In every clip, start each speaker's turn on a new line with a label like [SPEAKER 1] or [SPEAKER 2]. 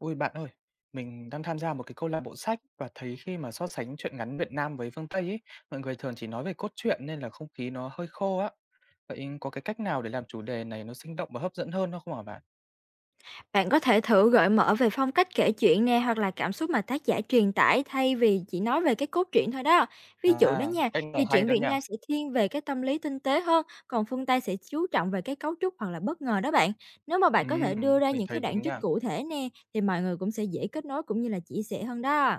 [SPEAKER 1] Ôi bạn ơi, mình đang tham gia một cái câu lạc bộ sách và thấy khi mà so sánh truyện ngắn Việt Nam với phương Tây ấy, mọi người thường chỉ nói về cốt truyện nên là không khí nó hơi khô á. Vậy có cái cách nào để làm chủ đề này nó sinh động và hấp dẫn hơn đó không hả bạn?
[SPEAKER 2] Bạn có thể thử gợi mở về phong cách kể chuyện nè, hoặc là cảm xúc mà tác giả truyền tải thay vì chỉ nói về cái cốt truyện thôi đó. Ví dụ đó
[SPEAKER 1] À,
[SPEAKER 2] nha,
[SPEAKER 1] cách
[SPEAKER 2] thì
[SPEAKER 1] này hay
[SPEAKER 2] truyện
[SPEAKER 1] đó
[SPEAKER 2] Việt
[SPEAKER 1] nha.
[SPEAKER 2] Nam sẽ thiên về cái tâm lý tinh tế hơn, còn phương Tây sẽ chú trọng về cái cấu trúc hoặc là bất ngờ đó bạn. Nếu mà bạn có
[SPEAKER 1] Ừm,
[SPEAKER 2] thể đưa ra
[SPEAKER 1] mình
[SPEAKER 2] những cái
[SPEAKER 1] thấy
[SPEAKER 2] đoạn
[SPEAKER 1] đúng
[SPEAKER 2] trích
[SPEAKER 1] nha.
[SPEAKER 2] cụ thể nè, thì mọi người cũng sẽ dễ kết nối, cũng như là chia sẻ hơn đó.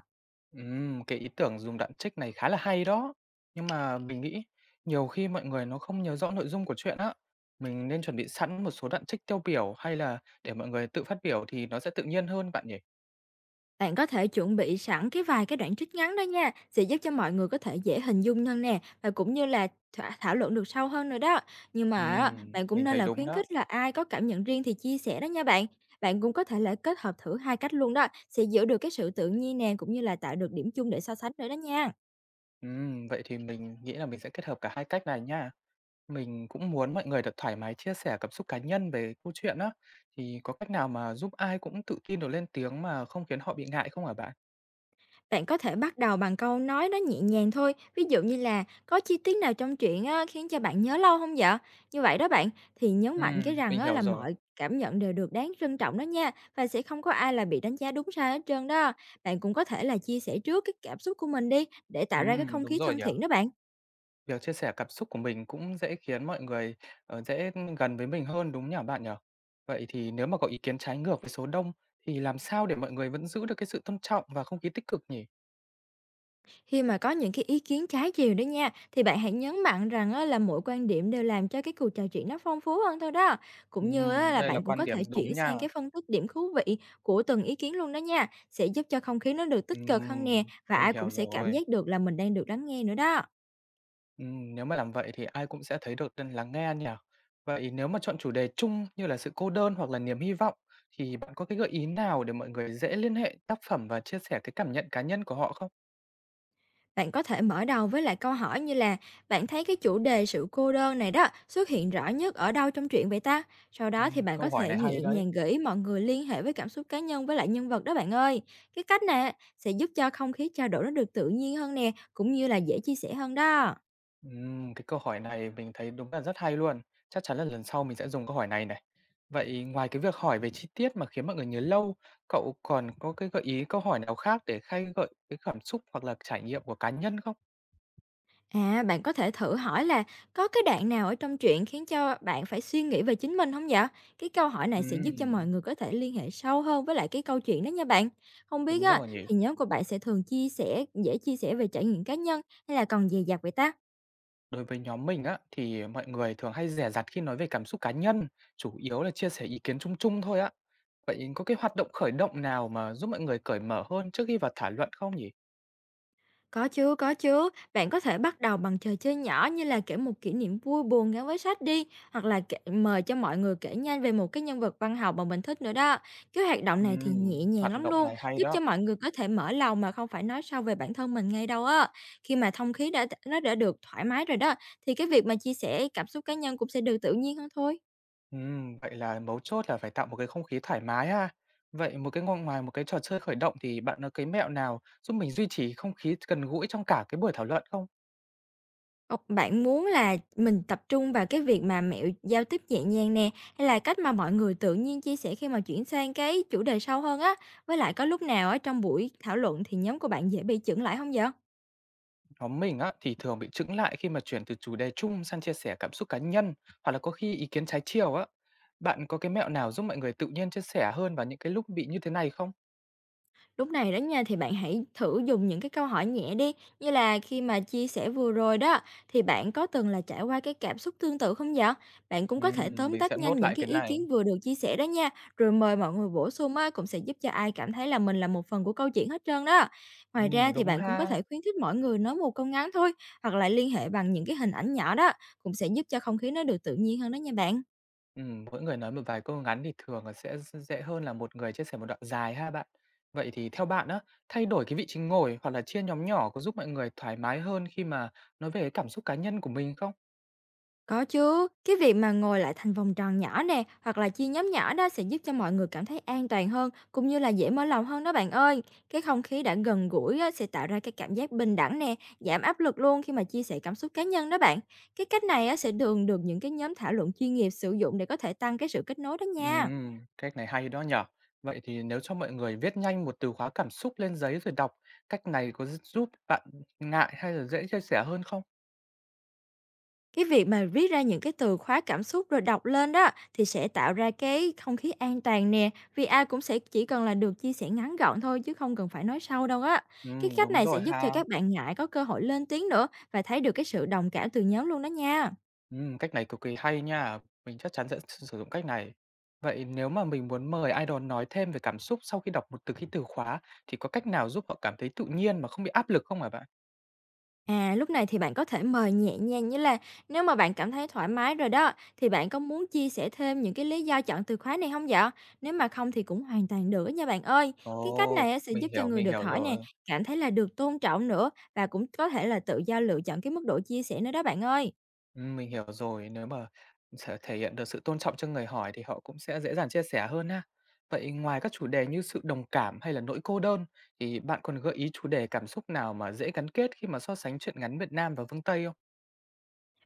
[SPEAKER 1] Cái ý tưởng dùng đoạn trích này khá là hay đó. Nhưng mà mình nghĩ nhiều khi mọi người nó không nhớ rõ nội dung của truyện á. Mình nên chuẩn bị sẵn một số đoạn trích tiêu biểu hay là để mọi người tự phát biểu thì nó sẽ tự nhiên hơn bạn nhỉ?
[SPEAKER 2] Bạn có thể chuẩn bị sẵn cái vài cái đoạn trích ngắn đó nha, sẽ giúp cho mọi người có thể dễ hình dung hơn nè, và cũng như là thả thảo luận được sâu hơn nữa đó. Nhưng mà á, bạn cũng
[SPEAKER 1] Mình
[SPEAKER 2] nên
[SPEAKER 1] thấy
[SPEAKER 2] là
[SPEAKER 1] đúng
[SPEAKER 2] khuyến
[SPEAKER 1] đó.
[SPEAKER 2] khích là ai có cảm nhận riêng thì chia sẻ đó nha bạn. Bạn cũng có thể là kết hợp thử hai cách luôn đó, sẽ giữ được cái sự tự nhiên nè, cũng như là tạo được điểm chung để so sánh nữa đó nha.
[SPEAKER 1] Vậy thì mình nghĩ là mình sẽ kết hợp cả hai cách này nha. Mình cũng muốn mọi người được thoải mái chia sẻ cảm xúc cá nhân về câu chuyện đó thì có cách nào mà giúp ai cũng tự tin được lên tiếng mà không khiến họ bị ngại không hả bạn?
[SPEAKER 2] Bạn có thể bắt đầu bằng câu nói nó nhẹ nhàng thôi, ví dụ như là có chi tiết nào trong truyện á, khiến cho bạn nhớ lâu không dạ? Như vậy đó bạn, thì nhấn mạnh cái rằng
[SPEAKER 1] Mình
[SPEAKER 2] á,
[SPEAKER 1] hiểu
[SPEAKER 2] là
[SPEAKER 1] rồi.
[SPEAKER 2] mọi cảm nhận đều được đáng trân trọng đó nha, và sẽ không có ai là bị đánh giá đúng sai hết trơn đó. Bạn cũng có thể là chia sẻ trước cái cảm xúc của mình đi, để tạo ra cái không
[SPEAKER 1] Đúng
[SPEAKER 2] khí
[SPEAKER 1] rồi
[SPEAKER 2] thân
[SPEAKER 1] nhỉ.
[SPEAKER 2] thiện đó bạn.
[SPEAKER 1] Việc chia sẻ cảm xúc của mình cũng dễ khiến mọi người, dễ gần với mình hơn, đúng nhỉ bạn nhỉ? Vậy thì nếu mà có ý kiến trái ngược với số đông thì làm sao để mọi người vẫn giữ được cái sự tôn trọng và không khí tích cực nhỉ?
[SPEAKER 2] Khi mà có những cái ý kiến trái chiều đó nha, thì bạn hãy nhấn mạnh rằng á, là mỗi quan điểm đều làm cho cái cuộc trò chuyện nó phong phú hơn thôi đó. Cũng như á, là
[SPEAKER 1] Đây là
[SPEAKER 2] bạn cũng
[SPEAKER 1] quan
[SPEAKER 2] có thể
[SPEAKER 1] điểm đúng
[SPEAKER 2] chuyển
[SPEAKER 1] nha.
[SPEAKER 2] sang cái phân tích điểm thú vị của từng ý kiến luôn đó nha. Sẽ giúp cho không khí nó được tích cực hơn nè,
[SPEAKER 1] Ừm,
[SPEAKER 2] và
[SPEAKER 1] mình
[SPEAKER 2] ai cũng
[SPEAKER 1] hiểu
[SPEAKER 2] sẽ cảm
[SPEAKER 1] rồi.
[SPEAKER 2] giác được là mình đang được lắng nghe nữa đó.
[SPEAKER 1] Nếu mà làm vậy thì ai cũng sẽ thấy được nên lắng nghe nhỉ? Vậy nếu mà chọn chủ đề chung như là sự cô đơn hoặc là niềm hy vọng thì bạn có cái gợi ý nào để mọi người dễ liên hệ tác phẩm và chia sẻ cái cảm nhận cá nhân của họ không?
[SPEAKER 2] Bạn có thể mở đầu với lại câu hỏi như là: bạn thấy cái chủ đề sự cô đơn này đó xuất hiện rõ nhất ở đâu trong truyện vậy ta? Sau đó thì bạn có
[SPEAKER 1] Câu hỏi
[SPEAKER 2] thể
[SPEAKER 1] này
[SPEAKER 2] nhẹ
[SPEAKER 1] hay đấy.
[SPEAKER 2] nhàng gửi mọi người liên hệ với cảm xúc cá nhân với lại nhân vật đó bạn ơi. Cái cách này á, sẽ giúp cho không khí trao đổi nó được tự nhiên hơn nè, cũng như là dễ chia sẻ hơn đó.
[SPEAKER 1] Cái câu hỏi này mình thấy đúng là rất hay luôn. Chắc chắn là lần sau mình sẽ dùng câu hỏi này này. Vậy ngoài cái việc hỏi về chi tiết mà khiến mọi người nhớ lâu, cậu còn có cái gợi ý câu hỏi nào khác để khơi gợi cái cảm xúc hoặc là trải nghiệm của cá nhân không?
[SPEAKER 2] À, bạn có thể thử hỏi là: có cái đoạn nào ở trong truyện khiến cho bạn phải suy nghĩ về chính mình không vậy? Cái câu hỏi này sẽ giúp cho mọi
[SPEAKER 1] Ừm.
[SPEAKER 2] người có thể liên hệ sâu hơn với lại cái câu chuyện đó nha bạn. Không biết
[SPEAKER 1] Đúng
[SPEAKER 2] á,
[SPEAKER 1] rồi nhỉ.
[SPEAKER 2] thì nhóm của bạn sẽ thường chia sẻ dễ chia sẻ về trải nghiệm cá nhân, hay là còn dè dặt vậy ta?
[SPEAKER 1] Đối với nhóm mình á, thì mọi người thường hay dè dặt khi nói về cảm xúc cá nhân, chủ yếu là chia sẻ ý kiến chung chung thôi á. Vậy có cái hoạt động khởi động nào mà giúp mọi người cởi mở hơn trước khi vào thảo luận không nhỉ?
[SPEAKER 2] Có chứ, có chứ. Bạn có thể bắt đầu bằng trò chơi nhỏ như là kể một kỷ niệm vui buồn gắn với sách đi, hoặc là kể, mời cho mọi người kể nhanh về một cái nhân vật văn học mà mình thích nữa đó. Cái hoạt động này thì
[SPEAKER 1] Ừm,
[SPEAKER 2] nhẹ nhàng
[SPEAKER 1] Hoạt
[SPEAKER 2] lắm
[SPEAKER 1] động
[SPEAKER 2] luôn,
[SPEAKER 1] này hay
[SPEAKER 2] giúp cho
[SPEAKER 1] đó.
[SPEAKER 2] mọi người có thể mở lòng mà không phải nói sâu về bản thân mình ngay đâu á. Khi mà thông khí nó đã được thoải mái rồi đó, thì cái việc mà chia sẻ cảm xúc cá nhân cũng sẽ được tự nhiên hơn thôi.
[SPEAKER 1] Vậy là mấu chốt là phải tạo một cái không khí thoải mái ha. Vậy một ngoài một cái trò chơi khởi động thì bạn có cái mẹo nào giúp mình duy trì không khí gần gũi trong cả cái buổi thảo luận không ạ?
[SPEAKER 2] Ồ, bạn muốn là mình tập trung vào cái việc mà mẹo giao tiếp nhẹ nhàng nè, hay là cách mà mọi người tự nhiên chia sẻ khi mà chuyển sang cái chủ đề sâu hơn á? Với lại có lúc nào ở trong buổi thảo luận thì nhóm của bạn dễ bị chững lại không vậy?
[SPEAKER 1] Nhóm mình á, thì thường bị chững lại khi mà chuyển từ chủ đề chung sang chia sẻ cảm xúc cá nhân hoặc là có khi ý kiến trái chiều á. Bạn có cái mẹo nào giúp mọi người tự nhiên chia sẻ hơn vào những cái lúc bị như thế này không?
[SPEAKER 2] Lúc này đó nha, thì bạn hãy thử dùng những cái câu hỏi nhẹ đi, như là: khi mà chia sẻ vừa rồi đó, thì bạn có từng là trải qua cái cảm xúc tương tự không vậy? Bạn cũng có thể tóm
[SPEAKER 1] Mình
[SPEAKER 2] tắt
[SPEAKER 1] sẽ
[SPEAKER 2] nhanh
[SPEAKER 1] nốt
[SPEAKER 2] những
[SPEAKER 1] lại
[SPEAKER 2] cái
[SPEAKER 1] cái
[SPEAKER 2] ý
[SPEAKER 1] này.
[SPEAKER 2] kiến vừa được chia sẻ đó nha, rồi mời mọi người bổ sung á, cũng sẽ giúp cho ai cảm thấy là mình là một phần của câu chuyện hết trơn đó. Ngoài ra thì
[SPEAKER 1] Đúng
[SPEAKER 2] bạn cũng có
[SPEAKER 1] ha.
[SPEAKER 2] thể khuyến khích mọi người nói một câu ngắn thôi, hoặc là liên hệ bằng những cái hình ảnh nhỏ đó, cũng sẽ giúp cho không khí nó được tự nhiên hơn đó nha bạn.
[SPEAKER 1] Mỗi người nói một vài câu ngắn thì thường là sẽ dễ hơn là một người chia sẻ một đoạn dài ha bạn. Vậy thì theo bạn á, thay đổi cái vị trí ngồi hoặc là chia nhóm nhỏ có giúp mọi người thoải mái hơn khi mà nói về cái cảm xúc cá nhân của mình không?
[SPEAKER 2] Có chứ, cái việc mà ngồi lại thành vòng tròn nhỏ nè, hoặc là chia nhóm nhỏ đó sẽ giúp cho mọi người cảm thấy an toàn hơn, cũng như là dễ mở lòng hơn đó bạn ơi. Cái không khí đã gần gũi á, sẽ tạo ra cái cảm giác bình đẳng nè, giảm áp lực luôn khi mà chia sẻ cảm xúc cá nhân đó bạn. Cái cách này á, sẽ thường được những cái nhóm thảo luận chuyên nghiệp sử dụng để có thể tăng cái sự kết nối đó nha.
[SPEAKER 1] Cách này hay đó nhỉ. Vậy thì nếu cho mọi người viết nhanh một từ khóa cảm xúc lên giấy rồi đọc, cách này có giúp bạn ngại hay là dễ chia sẻ hơn không?
[SPEAKER 2] Cái việc mà viết ra những cái từ khóa cảm xúc rồi đọc lên đó, thì sẽ tạo ra cái không khí an toàn nè, vì ai cũng sẽ chỉ cần là được chia sẻ ngắn gọn thôi, chứ không cần phải nói sâu đâu á. Cái cách
[SPEAKER 1] Đúng
[SPEAKER 2] này sẽ
[SPEAKER 1] rồi
[SPEAKER 2] giúp cho
[SPEAKER 1] ha.
[SPEAKER 2] các bạn ngại có cơ hội lên tiếng nữa, và thấy được cái sự đồng cảm từ nhóm luôn đó nha.
[SPEAKER 1] Cách này cực kỳ hay nha. Mình chắc chắn sẽ sử sử dụng cách này. Vậy nếu mà mình muốn mời idol nói thêm về cảm xúc sau khi đọc một từ cái từ khóa thì có cách nào giúp họ cảm thấy tự nhiên mà không bị áp lực không hả bạn?
[SPEAKER 2] À, lúc này thì bạn có thể mời nhẹ nhàng như là: nếu mà bạn cảm thấy thoải mái rồi đó, thì bạn có muốn chia sẻ thêm những cái lý do chọn từ khóa này không dạ? Nếu mà không thì cũng hoàn toàn được nha bạn ơi. Cái cách
[SPEAKER 1] Ồ,
[SPEAKER 2] này á, sẽ giúp cho người
[SPEAKER 1] mình
[SPEAKER 2] được
[SPEAKER 1] hiểu
[SPEAKER 2] hỏi nè,
[SPEAKER 1] rồi.
[SPEAKER 2] cảm thấy là được tôn trọng nữa, và cũng có thể là tự do lựa chọn cái mức độ chia sẻ nữa đó bạn ơi.
[SPEAKER 1] Mình hiểu rồi, nếu mà thể thể hiện được sự tôn trọng cho người hỏi thì họ cũng sẽ dễ dàng chia sẻ hơn ha. Vậy ngoài các chủ đề như sự đồng cảm hay là nỗi cô đơn, thì bạn còn gợi ý chủ đề cảm xúc nào mà dễ gắn kết khi mà so sánh truyện ngắn Việt Nam và phương Tây không?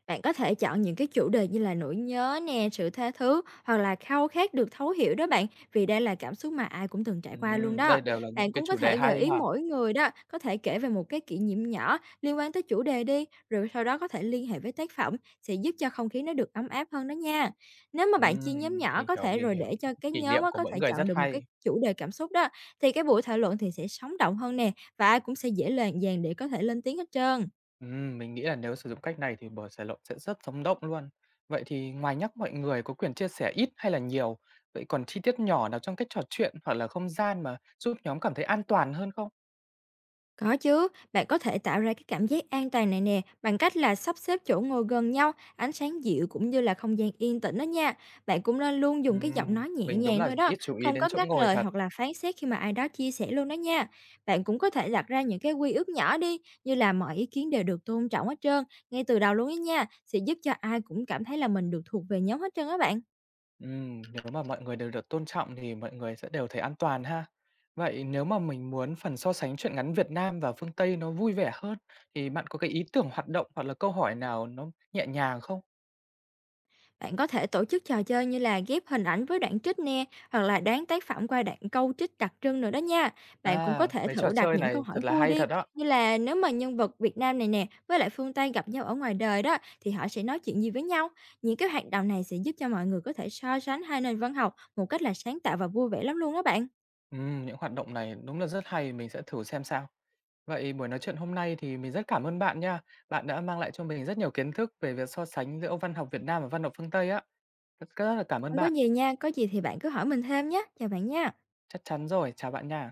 [SPEAKER 2] Bạn có thể chọn những cái chủ đề như là nỗi nhớ nè, sự tha thứ, hoặc là khao khát được thấu hiểu đó bạn, vì đây là cảm xúc mà ai cũng từng trải qua luôn đó.
[SPEAKER 1] Đây đều là những
[SPEAKER 2] Bạn
[SPEAKER 1] cái
[SPEAKER 2] cũng có
[SPEAKER 1] chủ đề
[SPEAKER 2] thể gợi
[SPEAKER 1] hay
[SPEAKER 2] ý
[SPEAKER 1] ha.
[SPEAKER 2] mỗi người đó có thể kể về một cái kỷ niệm nhỏ liên quan tới chủ đề đi, rồi sau đó có thể liên hệ với tác phẩm, sẽ giúp cho không khí nó được ấm áp hơn đó nha. Nếu mà bạn chia
[SPEAKER 1] Ừm,
[SPEAKER 2] nhóm nhỏ có thể
[SPEAKER 1] mình
[SPEAKER 2] rồi
[SPEAKER 1] hiểu.
[SPEAKER 2] để cho cái
[SPEAKER 1] Kỷ
[SPEAKER 2] nhóm
[SPEAKER 1] niệm
[SPEAKER 2] á,
[SPEAKER 1] của
[SPEAKER 2] có
[SPEAKER 1] mỗi
[SPEAKER 2] thể
[SPEAKER 1] người
[SPEAKER 2] chọn
[SPEAKER 1] rất
[SPEAKER 2] được một cái
[SPEAKER 1] hay.
[SPEAKER 2] chủ đề cảm xúc đó, thì cái buổi thảo luận thì sẽ sống động hơn nè, và ai cũng sẽ dễ dàng để có thể lên tiếng hết trơn.
[SPEAKER 1] Mình nghĩ là nếu sử dụng cách này thì bờ Sài Lộn sẽ rất sống động luôn. Vậy thì ngoài nhắc mọi người có quyền chia sẻ ít hay là nhiều, vậy còn chi tiết nhỏ nào trong cách trò chuyện hoặc là không gian mà giúp nhóm cảm thấy an toàn hơn không?
[SPEAKER 2] Có chứ, bạn có thể tạo ra cái cảm giác an toàn này nè bằng cách là sắp xếp chỗ ngồi gần nhau, ánh sáng dịu, cũng như là không gian yên tĩnh đó nha. Bạn cũng nên luôn dùng cái giọng nói nhẹ
[SPEAKER 1] Mình đúng
[SPEAKER 2] nhàng
[SPEAKER 1] là
[SPEAKER 2] thôi đó,
[SPEAKER 1] ít chú ý
[SPEAKER 2] không
[SPEAKER 1] đến
[SPEAKER 2] có
[SPEAKER 1] chỗ
[SPEAKER 2] ngắt
[SPEAKER 1] ngồi
[SPEAKER 2] lời
[SPEAKER 1] thật.
[SPEAKER 2] hoặc là phán xét khi mà ai đó chia sẻ luôn đó nha. Bạn cũng có thể đặt ra những cái quy ước nhỏ đi, như là mọi ý kiến đều được tôn trọng hết trơn, ngay từ đầu luôn đó nha, sẽ giúp cho ai cũng cảm thấy là mình được thuộc về nhóm hết trơn á bạn.
[SPEAKER 1] Nếu mà mọi người đều được tôn trọng thì mọi người sẽ đều thấy an toàn ha. Vậy nếu mà mình muốn phần so sánh truyện ngắn Việt Nam và phương Tây nó vui vẻ hơn thì bạn có cái ý tưởng hoạt động hoặc là câu hỏi nào nó nhẹ nhàng không?
[SPEAKER 2] Bạn có thể tổ chức trò chơi như là ghép hình ảnh với đoạn trích nè, hoặc là đoán tác phẩm qua đoạn câu trích đặc trưng nữa đó nha. Bạn cũng có
[SPEAKER 1] À,
[SPEAKER 2] thể
[SPEAKER 1] mấy
[SPEAKER 2] thử
[SPEAKER 1] trò
[SPEAKER 2] đặt
[SPEAKER 1] chơi
[SPEAKER 2] những
[SPEAKER 1] này
[SPEAKER 2] câu hỏi
[SPEAKER 1] thật là
[SPEAKER 2] vui
[SPEAKER 1] hay
[SPEAKER 2] đi,
[SPEAKER 1] thật đó.
[SPEAKER 2] như là: nếu mà nhân vật Việt Nam này nè với lại phương Tây gặp nhau ở ngoài đời đó, thì họ sẽ nói chuyện gì với nhau. Những cái hoạt động này sẽ giúp cho mọi người có thể so sánh hai nền văn học một cách là sáng tạo và vui vẻ lắm luôn đó bạn.
[SPEAKER 1] Những hoạt động này đúng là rất hay, mình sẽ thử xem sao. Vậy buổi nói chuyện hôm nay thì mình rất cảm ơn bạn nha. Bạn đã mang lại cho mình rất nhiều kiến thức về việc so sánh giữa văn học Việt Nam và văn học phương Tây á. Rất rất là cảm ơn
[SPEAKER 2] Không có
[SPEAKER 1] bạn.
[SPEAKER 2] gì nha, có gì thì bạn cứ hỏi mình thêm nhé. Chào bạn nha.
[SPEAKER 1] Chắc chắn rồi, chào bạn nha.